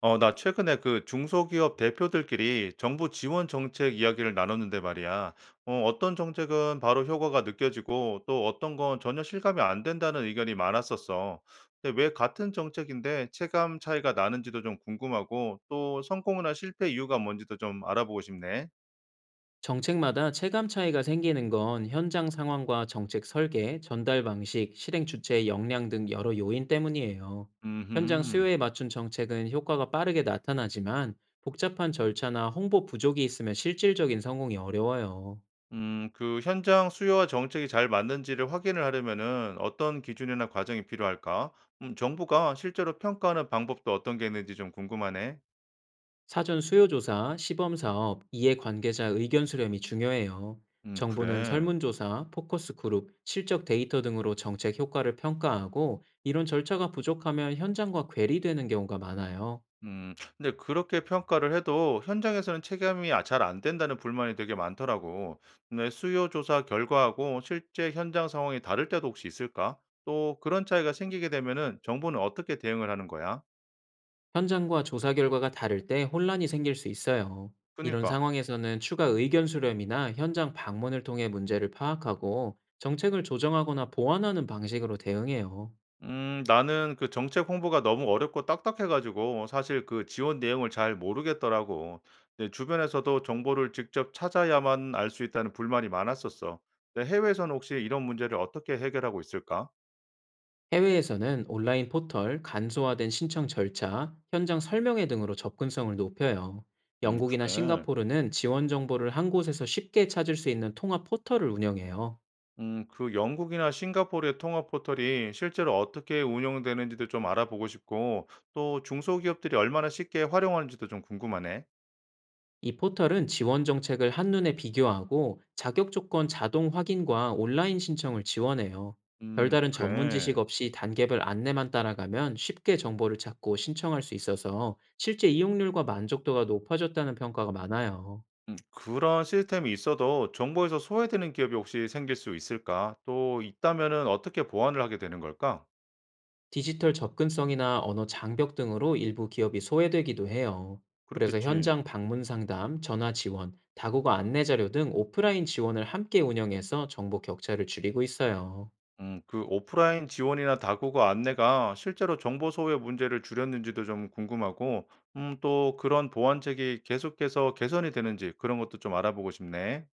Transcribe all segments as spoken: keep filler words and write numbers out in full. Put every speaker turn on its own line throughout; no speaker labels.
어, 나 최근에 그 중소기업 대표들끼리 정부 지원 정책 이야기를 나눴는데 말이야. 어, 어떤 정책은 바로 효과가 느껴지고 또 어떤 건 전혀 실감이 안 된다는 의견이 많았었어 근데 왜 같은 정책인데 체감 차이가 나는지도 좀 궁금하고 또 성공이나 실패 이유가 뭔지도 좀 알아보고 싶네.
정책마다 체감 차이가 생기는 건 현장 상황과 정책 설계, 전달 방식, 실행 주체의 역량 등 여러 요인 때문이에요. 현장
음,
수요에 맞춘 정책은 효과가 빠르게 나타나지만 복잡한 절차나 홍보 부족이 있으면 실질적인 성공이 어려워요.
음, 그 현장 수요와 정책이 잘 맞는지를 확인을 하려면은 어떤 기준이나 과정이 필요할까? 음, 정부가 실제로 평가하는 방법도 어떤 게 있는지 좀 궁금하네.
사전 수요조사, 시범사업, 이해관계자 의견 수렴이 중요해요.
음,
정부는
그래.
설문조사, 포커스 그룹, 실적 데이터 등으로 정책 효과를 평가하고 이런 절차가 부족하면 현장과 괴리되는 경우가 많아요.
음 근데 그렇게 평가를 해도 현장에서는 체감이 아 잘 안 된다는 불만이 되게 많더라고. 근데 수요 조사 결과하고 실제 현장 상황이 다를 때도 혹시 있을까? 또 그런 차이가 생기게 되면은 정부는 어떻게 대응을 하는 거야?
현장과 조사 결과가 다를 때 혼란이 생길 수 있어요. 이런
그니까.
상황에서는 추가 의견 수렴이나 현장 방문을 통해 문제를 파악하고 정책을 조정하거나 보완하는 방식으로 대응해요.
음 나는 그 정책 홍보가 너무 어렵고 딱딱해 가지고 사실 그 지원 내용을 잘 모르겠더라고. 내 주변에서도 정보를 직접 찾아야만 알 수 있다는 불만이 많았었어. 근데 해외에서는 혹시 이런 문제를 어떻게 해결하고 있을까?
해외에서는 온라인 포털, 간소화된 신청 절차, 현장 설명회 등으로 접근성을 높여요.
음,
영국이나
그래.
싱가포르는 지원 정보를 한 곳에서 쉽게 찾을 수 있는 통합 포털을 운영해요.
음 그 영국이나 싱가포르의 통합 포털이 실제로 어떻게 운영되는지도 좀 알아보고 싶고 또 중소기업들이 얼마나 쉽게 활용하는지도 좀 궁금하네.
이 포털은 지원 정책을 한눈에 비교하고 자격 조건 자동 확인과 온라인 신청을 지원해요.
음,
별다른 전문 지식
그래.
없이 단계별 안내만 따라가면 쉽게 정보를 찾고 신청할 수 있어서 실제 이용률과 만족도가 높아졌다는 평가가 많아요.
그런 시스템이 있어도 정보에서 소외되는 기업이 혹시 생길 수 있을까? 또 있다면은 어떻게 보완을 하게 되는 걸까?
디지털 접근성이나 언어 장벽 등으로 일부 기업이 소외되기도 해요. 그래서
그렇겠지.
현장 방문 상담, 전화 지원, 다국어 안내 자료 등 오프라인 지원을 함께 운영해서 정보 격차를 줄이고 있어요.
음, 그 오프라인 지원이나 다국어 안내가 실제로 정보 소외 문제를 줄였는지도 좀 궁금하고, 음, 또 그런 보완책이 계속해서 개선이 되는지 그런 것도 좀 알아보고 싶네.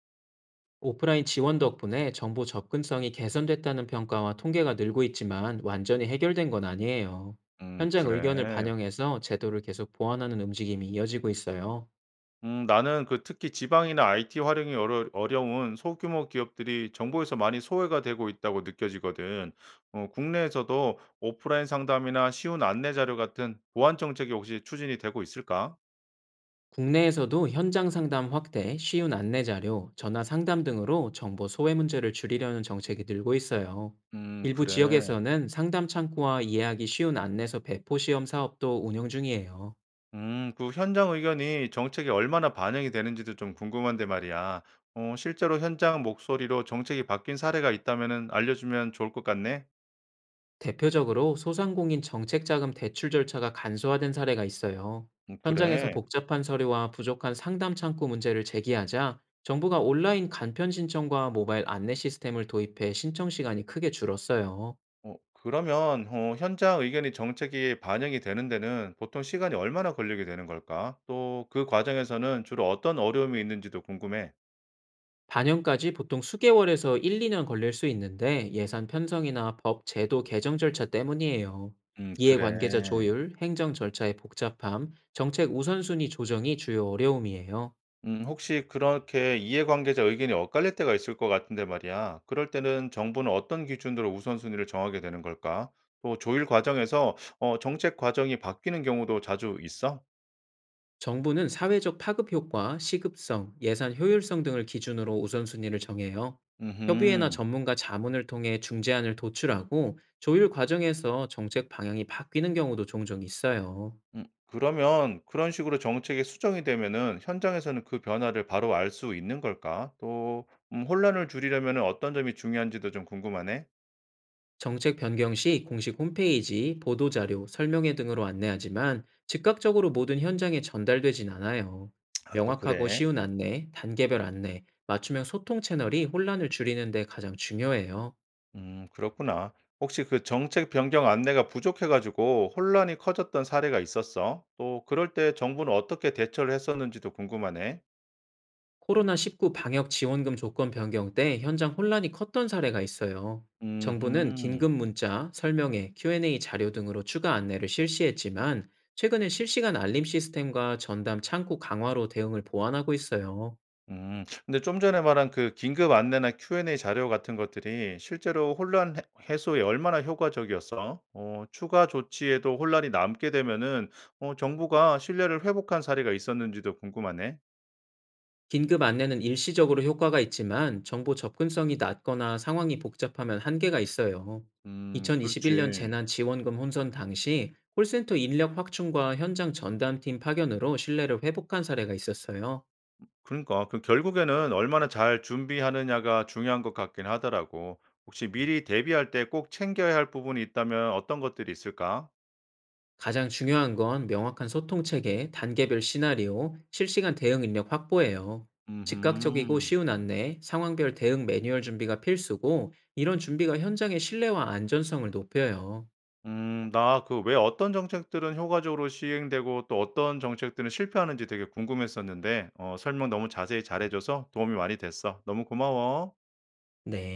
오프라인 지원 덕분에 정보 접근성이 개선됐다는 평가와 통계가 늘고 있지만 완전히 해결된 건 아니에요.
음,
현장 의견을
그래.
반영해서 제도를 계속 보완하는 움직임이 이어지고 있어요.
음, 나는 그 특히 지방이나 아이티 활용이 어려, 어려운 소규모 기업들이 정보에서 많이 소외가 되고 있다고 느껴지거든. 어, 국내에서도 오프라인 상담이나 쉬운 안내 자료 같은 보완 정책이 혹시 추진이 되고 있을까?
국내에서도 현장 상담 확대, 쉬운 안내 자료, 전화 상담 등으로 정보 소외 문제를 줄이려는 정책이 늘고 있어요.
음,
일부
그래.
지역에서는 상담 창구와 이해하기 쉬운 안내서 배포 시험 사업도 운영 중이에요.
음, 그 현장 의견이 정책에 얼마나 반영이 되는지도 좀 궁금한데 말이야. 어, 실제로 현장 목소리로 정책이 바뀐 사례가 있다면 알려주면 좋을 것 같네.
대표적으로 소상공인 정책자금 대출 절차가 간소화된 사례가 있어요.
음,
현장에서
그래.
복잡한 서류와 부족한 상담 창구 문제를 제기하자 정부가 온라인 간편 신청과 모바일 안내 시스템을 도입해 신청 시간이 크게 줄었어요.
어, 그러면 어, 현장 의견이 정책에 반영이 되는 데는 보통 시간이 얼마나 걸리게 되는 걸까? 또 그 과정에서는 주로 어떤 어려움이 있는지도 궁금해.
반영까지 보통 수개월에서 일, 이 년 걸릴 수 있는데 예산 편성이나 법 제도 개정 절차 때문이에요.
음,
이해관계자
그래.
조율, 행정 절차의 복잡함, 정책 우선순위 조정이 주요 어려움이에요.
음, 혹시 그렇게 이해관계자 의견이 엇갈릴 때가 있을 것 같은데 말이야. 그럴 때는 정부는 어떤 기준으로 우선순위를 정하게 되는 걸까? 또 조율 과정에서 어, 정책 과정이 바뀌는 경우도 자주 있어?
정부는 사회적 파급 효과, 시급성, 예산 효율성 등을 기준으로 우선순위를 정해요. 협의회나
음,
전문가 자문을 통해 중재안을 도출하고 조율 과정에서 정책 방향이 바뀌는 경우도 종종 있어요.
음, 그러면 그런 식으로 정책이 수정이 되면은 현장에서는 그 변화를 바로 알 수 있는 걸까? 또 음, 혼란을 줄이려면은 어떤 점이 중요한지도 좀 궁금하네.
정책 변경 시 공식 홈페이지, 보도자료, 설명회 등으로 안내하지만 즉각적으로 모든 현장에 전달되진 않아요.
아, 또
명확하고
그래.
쉬운 안내, 단계별 안내, 맞춤형 소통 채널이 혼란을 줄이는 데 가장 중요해요.
음, 그렇구나. 혹시 그 정책 변경 안내가 부족해 가지고 혼란이 커졌던 사례가 있었어? 또 그럴 때 정부는 어떻게 대처를 했었는지도 궁금하네.
코로나십구 방역 지원금 조건 변경 때 현장 혼란이 컸던 사례가 있어요. 정부는
음
긴급 문자, 설명회, 큐앤에이 자료 등으로 추가 안내를 실시했지만 최근에 실시간 알림 시스템과 전담 창구 강화로 대응을 보완하고 있어요.
음, 근데 좀 전에 말한 그 긴급 안내나 큐앤에이 자료 같은 것들이 실제로 혼란 해- 해소에 얼마나 효과적이었어? 어, 추가 조치에도 혼란이 남게 되면은 어, 정부가 신뢰를 회복한 사례가 있었는지도 궁금하네.
긴급 안내는 일시적으로 효과가 있지만 정보 접근성이 낮거나 상황이 복잡하면 한계가 있어요.
음,
이천이십일 년
그렇지.
재난지원금 혼선 당시 콜센터 인력 확충과 현장 전담팀 파견으로 신뢰를 회복한 사례가 있었어요.
그러니까 그 결국에는 얼마나 잘 준비하느냐가 중요한 것 같긴 하더라고. 혹시 미리 대비할 때 꼭 챙겨야 할 부분이 있다면 어떤 것들이 있을까?
가장 중요한 건 명확한 소통 체계, 단계별 시나리오, 실시간 대응 인력 확보예요. 즉각적이고
음.
쉬운 안내, 상황별 대응 매뉴얼 준비가 필수고, 이런 준비가 현장의 신뢰와 안전성을 높여요.
음, 나 그 왜 어떤 정책들은 효과적으로 시행되고 또 어떤 정책들은 실패하는지 되게 궁금했었는데, 어, 설명 너무 자세히 잘해줘서 도움이 많이 됐어. 너무 고마워.
네.